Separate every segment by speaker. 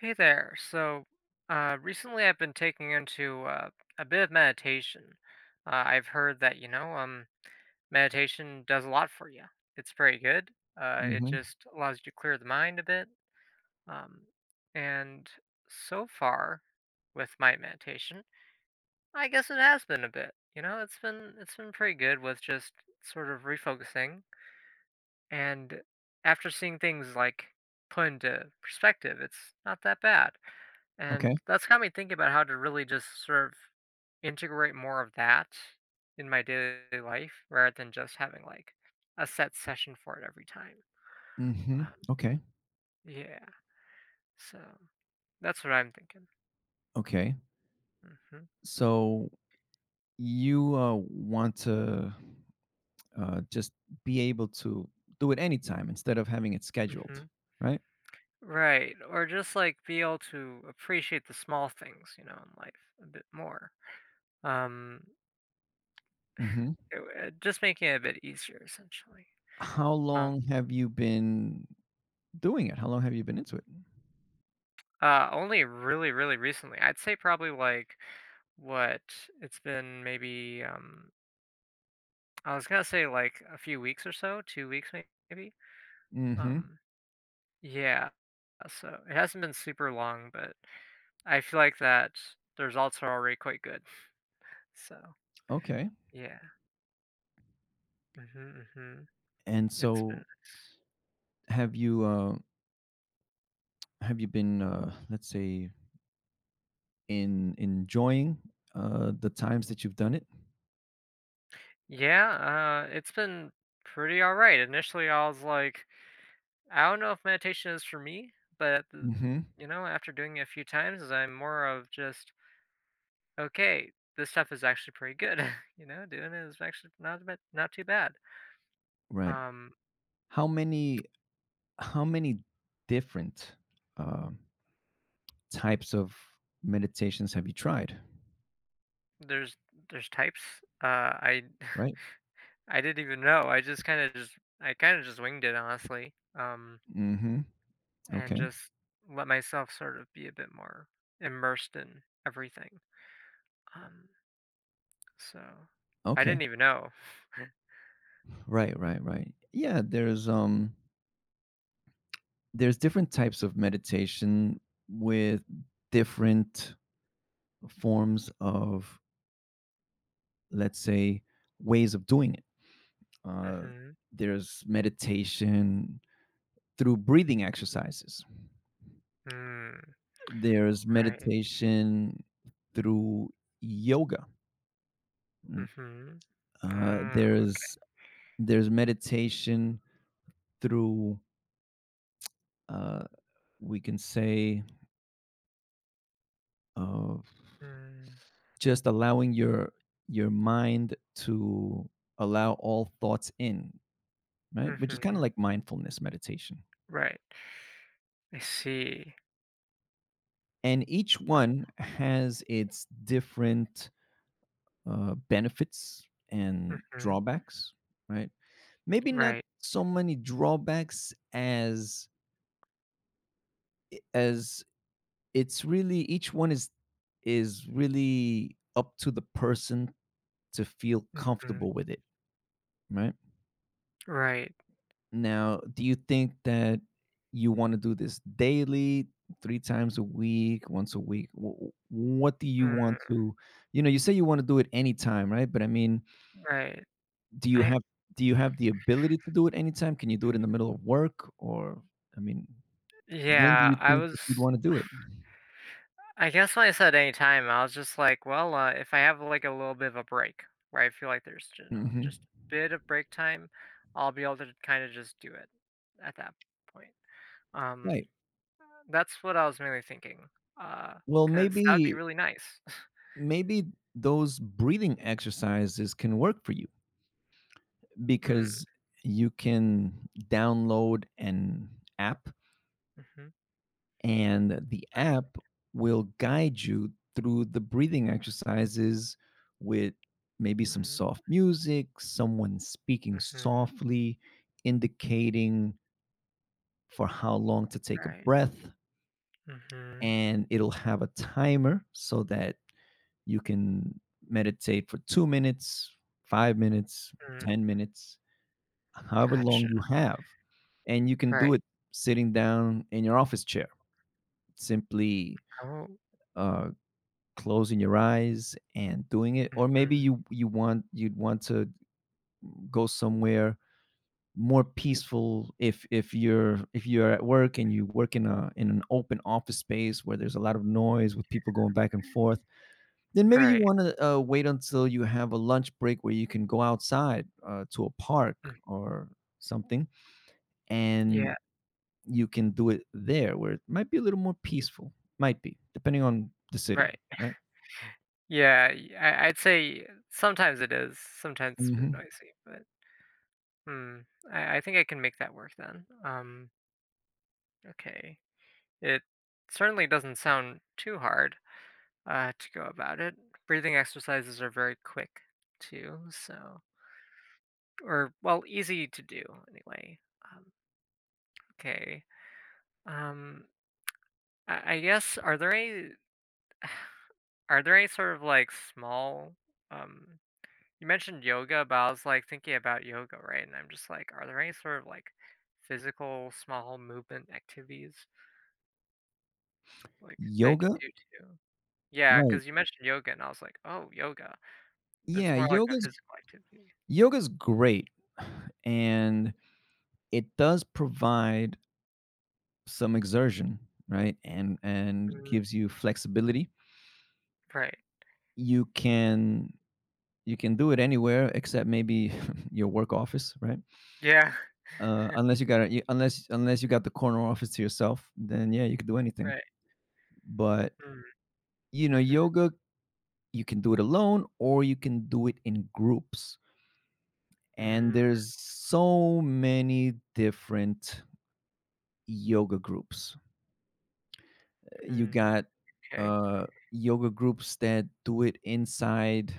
Speaker 1: Hey there. Recently I've been taking into a bit of meditation. I've heard that, meditation does a lot for you. It's pretty good. It
Speaker 2: Mhm.
Speaker 1: just allows you to clear the mind a bit. Um, and so far, with my meditation, I guess it has been a bit. It's been pretty good with just sort of refocusing. And after seeing things like put into perspective, it's not that bad.
Speaker 2: Okay.
Speaker 1: And that's got me thinking about how to really just sort of integrate more of that in my daily life rather than just having like a set session for it every time.
Speaker 2: Mhm.
Speaker 1: Um,
Speaker 2: Okay.
Speaker 1: yeah, so that's what I'm thinking.
Speaker 2: Okay.
Speaker 1: hmm
Speaker 2: So you want to just be able to do it anytime instead of having it scheduled,
Speaker 1: hmm.
Speaker 2: right?
Speaker 1: Right, or just like be able to appreciate the small things, you know, in life a bit more. Um,
Speaker 2: Mhm.
Speaker 1: it just making it a bit easier, essentially.
Speaker 2: How
Speaker 1: Um,
Speaker 2: long have you been doing it? How long have you been into it?
Speaker 1: Only really, really recently. I'd say probably like what, it's been maybe um, I was gonna say like a few weeks or so, two weeks maybe.
Speaker 2: Mhm.
Speaker 1: Um, yeah, so it hasn't been super long, but I feel like that the results are already quite good. So
Speaker 2: Okay.
Speaker 1: yeah. Mhm, mhm.
Speaker 2: And
Speaker 1: It's
Speaker 2: so
Speaker 1: been
Speaker 2: have you uh have you been let's say in enjoying the times that you've done it?
Speaker 1: yeah, it's been pretty all right. Initially I was like I don't know if meditation is for me, but th-
Speaker 2: Mhm.
Speaker 1: you know, after doing it a few times, I'm more of just okay. This stuff is actually pretty good. You know, doing it is actually not bad, not too bad.
Speaker 2: Right.
Speaker 1: Um,
Speaker 2: How many how many different um, types of meditations have you tried?
Speaker 1: there's types. I
Speaker 2: Right?
Speaker 1: I didn't even know. I just kind of just I kind of just winged it honestly.
Speaker 2: Hmm.
Speaker 1: And
Speaker 2: Okay.
Speaker 1: just let myself sort of be a bit more immersed in everything. Um, so I
Speaker 2: Okay.
Speaker 1: didn't even know.
Speaker 2: Right. Right. Right. Yeah. There's different types of meditation with different forms of, let's say, ways of doing it. Uh,
Speaker 1: Mm-hmm.
Speaker 2: there's meditation through breathing exercises.
Speaker 1: Mm,
Speaker 2: There's
Speaker 1: right.
Speaker 2: meditation through yoga. Mm,
Speaker 1: Mhm.
Speaker 2: Uh,
Speaker 1: Ah, okay.
Speaker 2: there's there's meditation through uh, we can say uh,
Speaker 1: Mm,
Speaker 2: just allowing your mind to allow all thoughts in, right, which is kind of
Speaker 1: mhm.
Speaker 2: like mindfulness meditation.
Speaker 1: Right. I see.
Speaker 2: And each
Speaker 1: Uh,
Speaker 2: one has its different benefits and
Speaker 1: mhm.
Speaker 2: drawbacks, right? Maybe not
Speaker 1: Right.
Speaker 2: so many drawbacks, as it's really each one is really up to the person to feel
Speaker 1: Mhm.
Speaker 2: comfortable with it, right?
Speaker 1: Right.
Speaker 2: Now, do you think that you want to do this daily, three times a week, once a week? What do you want
Speaker 1: Mm,
Speaker 2: to, you say you want to do it anytime, right? But I mean,
Speaker 1: right.
Speaker 2: do you
Speaker 1: I
Speaker 2: have do you have the ability to do it anytime? Can you do it in the middle of work? Or I mean, when do
Speaker 1: yeah,
Speaker 2: you
Speaker 1: I
Speaker 2: think
Speaker 1: was
Speaker 2: that you'd want to do it?
Speaker 1: I guess when I said any time, I was just like, well, if I have like a little bit of a break, where I feel like there's you know,
Speaker 2: Hmm.
Speaker 1: just a bit of break time, I'll be able to kind of just do it at that point. Um,
Speaker 2: Right.
Speaker 1: that's what I was mainly thinking. Uh.
Speaker 2: Well,
Speaker 1: Because that would be
Speaker 2: maybe
Speaker 1: really nice.
Speaker 2: maybe those breathing exercises can work for you,
Speaker 1: Hmm.
Speaker 2: because you can download an app,
Speaker 1: Mhm.
Speaker 2: and the
Speaker 1: Right.
Speaker 2: app will guide you through the breathing exercises with maybe some
Speaker 1: Mm,
Speaker 2: soft music, someone speaking
Speaker 1: mhm,
Speaker 2: softly, indicating for how long to take a
Speaker 1: right,
Speaker 2: breath.
Speaker 1: mhm,
Speaker 2: And it'll have a timer, so that you can meditate for 2 minutes, 5 minutes,
Speaker 1: mm,
Speaker 2: 10 minutes, however long
Speaker 1: gotcha,
Speaker 2: you have. And you can do
Speaker 1: right,
Speaker 2: it sitting down in your office chair, simply
Speaker 1: oh,
Speaker 2: uh, closing your eyes and doing it. Or maybe
Speaker 1: mm,
Speaker 2: you'd want to go somewhere more peaceful if you're at work and you work in an open office space where there's a lot of noise with people going back and forth. Then maybe you
Speaker 1: right,
Speaker 2: wanna, wait until you have a lunch break where you can go outside, to a park
Speaker 1: mm,
Speaker 2: or something, and
Speaker 1: yeah,
Speaker 2: you can do it there where it might be a little more peaceful, might be, depending on the city,
Speaker 1: right,
Speaker 2: right?
Speaker 1: yeah, y I'd say sometimes it is, sometimes it's a bit
Speaker 2: Mhm.
Speaker 1: noisy, but, hmm. I think I can make that work then, okay, it certainly doesn't sound too hard, to go about it, breathing exercises are very quick too, so or, well, easy to do anyway, um, okay, um I guess are there any are there any sort of like small um you mentioned yoga, but I was like thinking about yoga, right? And I'm just like, are there any sort of like physical small movement activities like they can
Speaker 2: Yoga?
Speaker 1: do too? Yeah,
Speaker 2: Right.
Speaker 1: because you mentioned yoga, and I was like, oh, yoga. That's
Speaker 2: Yeah,
Speaker 1: more like a
Speaker 2: yoga's
Speaker 1: physical activity.
Speaker 2: yoga's great, and it does provide some exertion, right? And
Speaker 1: Mm,
Speaker 2: gives you flexibility.
Speaker 1: right.
Speaker 2: You can you can do it anywhere except maybe your work office, right?
Speaker 1: Yeah.
Speaker 2: Unless you got the corner office to yourself, then yeah, you can do anything.
Speaker 1: Right.
Speaker 2: But
Speaker 1: Mm, mm-hmm,
Speaker 2: yoga, you can do it alone or you can do it in groups. And
Speaker 1: mm,
Speaker 2: there's so many different yoga groups. You
Speaker 1: mm,
Speaker 2: got
Speaker 1: okay.
Speaker 2: yoga groups that do it inside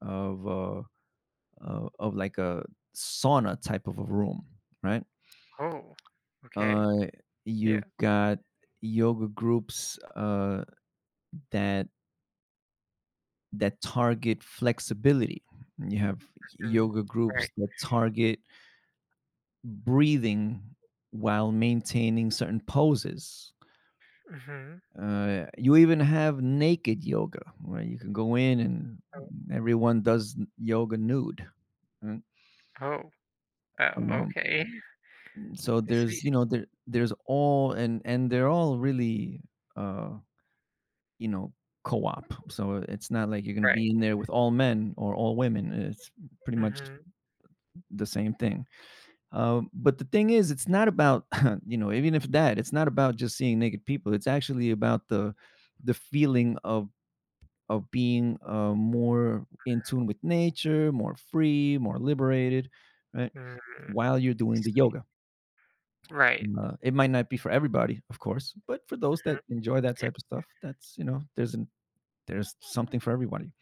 Speaker 2: of uh, of like a sauna type of a room, right?
Speaker 1: Oh. Okay.
Speaker 2: Uh,
Speaker 1: Yeah.
Speaker 2: you've got yoga groups that that target flexibility. You have
Speaker 1: Mm,
Speaker 2: yoga groups
Speaker 1: right.
Speaker 2: that target breathing while maintaining certain poses.
Speaker 1: Mm-hmm.
Speaker 2: You even have naked yoga where you can go in and
Speaker 1: Oh.
Speaker 2: everyone does yoga nude, right?
Speaker 1: Oh. Oh,
Speaker 2: Um,
Speaker 1: okay.
Speaker 2: so
Speaker 1: I see.
Speaker 2: there's, there's all, and they're all really uh, you know, co-op. So it's not like you're going to
Speaker 1: Right.
Speaker 2: be in there with all men or all women. It's pretty much
Speaker 1: Mhm.
Speaker 2: the same thing. But the thing is, it's not about even if that, it's not about just seeing naked people. It's actually about the feeling of being more in tune with nature, more free, more liberated, right?
Speaker 1: Mm, I
Speaker 2: While you're doing the
Speaker 1: see.
Speaker 2: yoga.
Speaker 1: Right.
Speaker 2: It might not be for everybody, of course, but for those
Speaker 1: Mhm.
Speaker 2: that enjoy that
Speaker 1: Yeah.
Speaker 2: type of stuff, that's, there's something for everybody.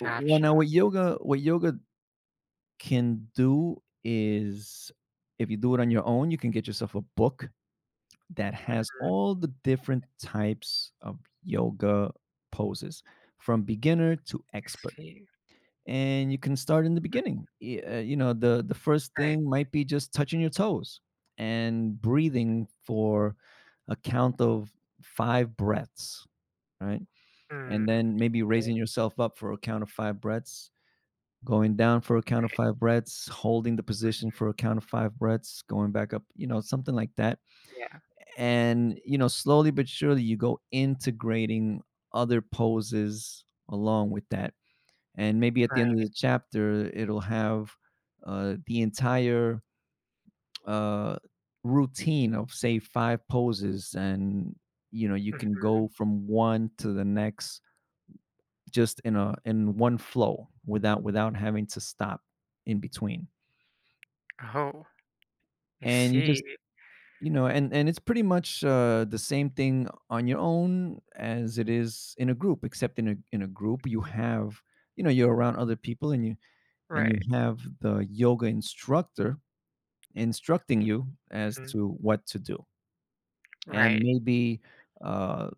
Speaker 2: Well, now what yoga can do is if you do it on your own, you can get yourself a book that has
Speaker 1: Mhm.
Speaker 2: all the different types of yoga poses, from beginner to
Speaker 1: I
Speaker 2: expert,
Speaker 1: see.
Speaker 2: and you can start in the beginning. Y you know, the first
Speaker 1: Right.
Speaker 2: thing might be just touching your toes and breathing for a count of 5 breaths, right? And
Speaker 1: Mm.
Speaker 2: then maybe
Speaker 1: Okay,
Speaker 2: raising yourself up for a count of 5 breaths, going down for a count of
Speaker 1: okay.
Speaker 2: five breaths, holding the position for a count of five breaths, going back up, something like that.
Speaker 1: Yeah.
Speaker 2: And slowly but surely you go integrating other poses along with that. And maybe at the end of the
Speaker 1: Right.
Speaker 2: chapter, it'll have the entire uh, routine of, say, five poses. And you can go
Speaker 1: Mhm.
Speaker 2: from one to the next, just in one flow, without having to stop in between.
Speaker 1: Oh, I
Speaker 2: And you just
Speaker 1: see.
Speaker 2: you know, and it's pretty much, the same thing on your own as it is in a group, except in a group,
Speaker 1: Mm,
Speaker 2: you're around other people and you
Speaker 1: right.
Speaker 2: have the yoga instructor instructing you as
Speaker 1: Mhm.
Speaker 2: to what to do. And
Speaker 1: Right.
Speaker 2: maybe, uh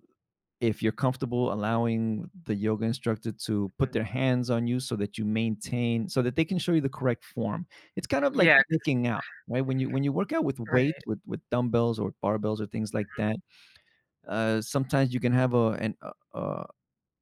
Speaker 2: if you're comfortable allowing the yoga instructor to put
Speaker 1: Mm.
Speaker 2: their hands on you so that they can show you the correct form. It's kind of like
Speaker 1: Yeah.
Speaker 2: working out, right? When you work out with weight
Speaker 1: Right.
Speaker 2: with dumbbells or barbells or things like
Speaker 1: Mhm.
Speaker 2: that. Sometimes you can have a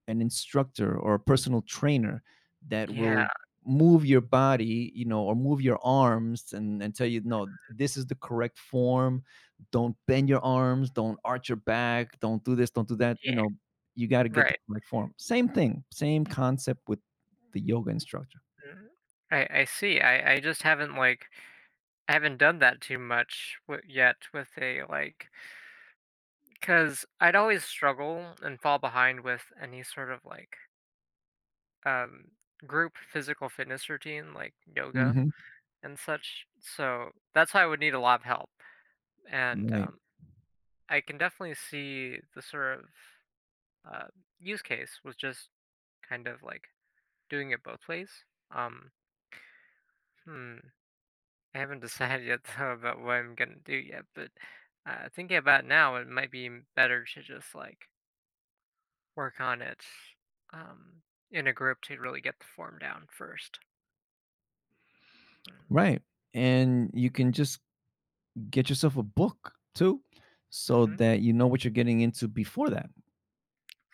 Speaker 2: an instructor or a personal trainer that
Speaker 1: Yeah.
Speaker 2: will move your body, or move your arms and tell you, no, this is the correct form. Don't bend your arms. Don't arch your back. Don't do this. Don't do that. You
Speaker 1: Yeah.
Speaker 2: know, you got to get the
Speaker 1: Right.
Speaker 2: correct form. Same thing, same concept with the yoga instructor.
Speaker 1: Mm. I see. I just haven't like I haven't done that too much w yet with a like. Because I'd always struggle and fall behind with any sort of like um, group physical fitness routine, like yoga
Speaker 2: Hmm.
Speaker 1: and such. So that's why I would need a lot of help. And
Speaker 2: Right.
Speaker 1: I can definitely see the sort of uh, use case was just kind of like doing it both ways. Um, hmm, I haven't decided yet though about what I'm gonna do yet, but thinking about it now, it might be better to just like work on it um, in a group to really get the form down first.
Speaker 2: Right. And you can just get yourself a book too, so
Speaker 1: Mm-hmm.
Speaker 2: that you know what you're getting into before that.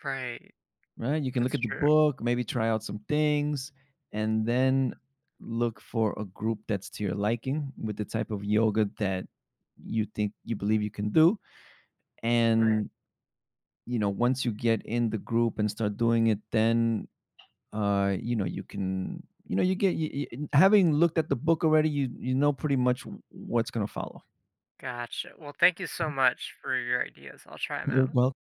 Speaker 1: Right.
Speaker 2: Right? You can look
Speaker 1: That's
Speaker 2: at the
Speaker 1: true.
Speaker 2: book, maybe try out some things, and then look for a group that's to your liking with the type of yoga that you believe you can do.
Speaker 1: Right.
Speaker 2: And once you get in the group and start doing it, then, you get, you- having looked at the book already, you know pretty much what's going to follow.
Speaker 1: Gotcha. Well, thank you so much for your ideas. I'll try them
Speaker 2: You're
Speaker 1: out.
Speaker 2: welcome.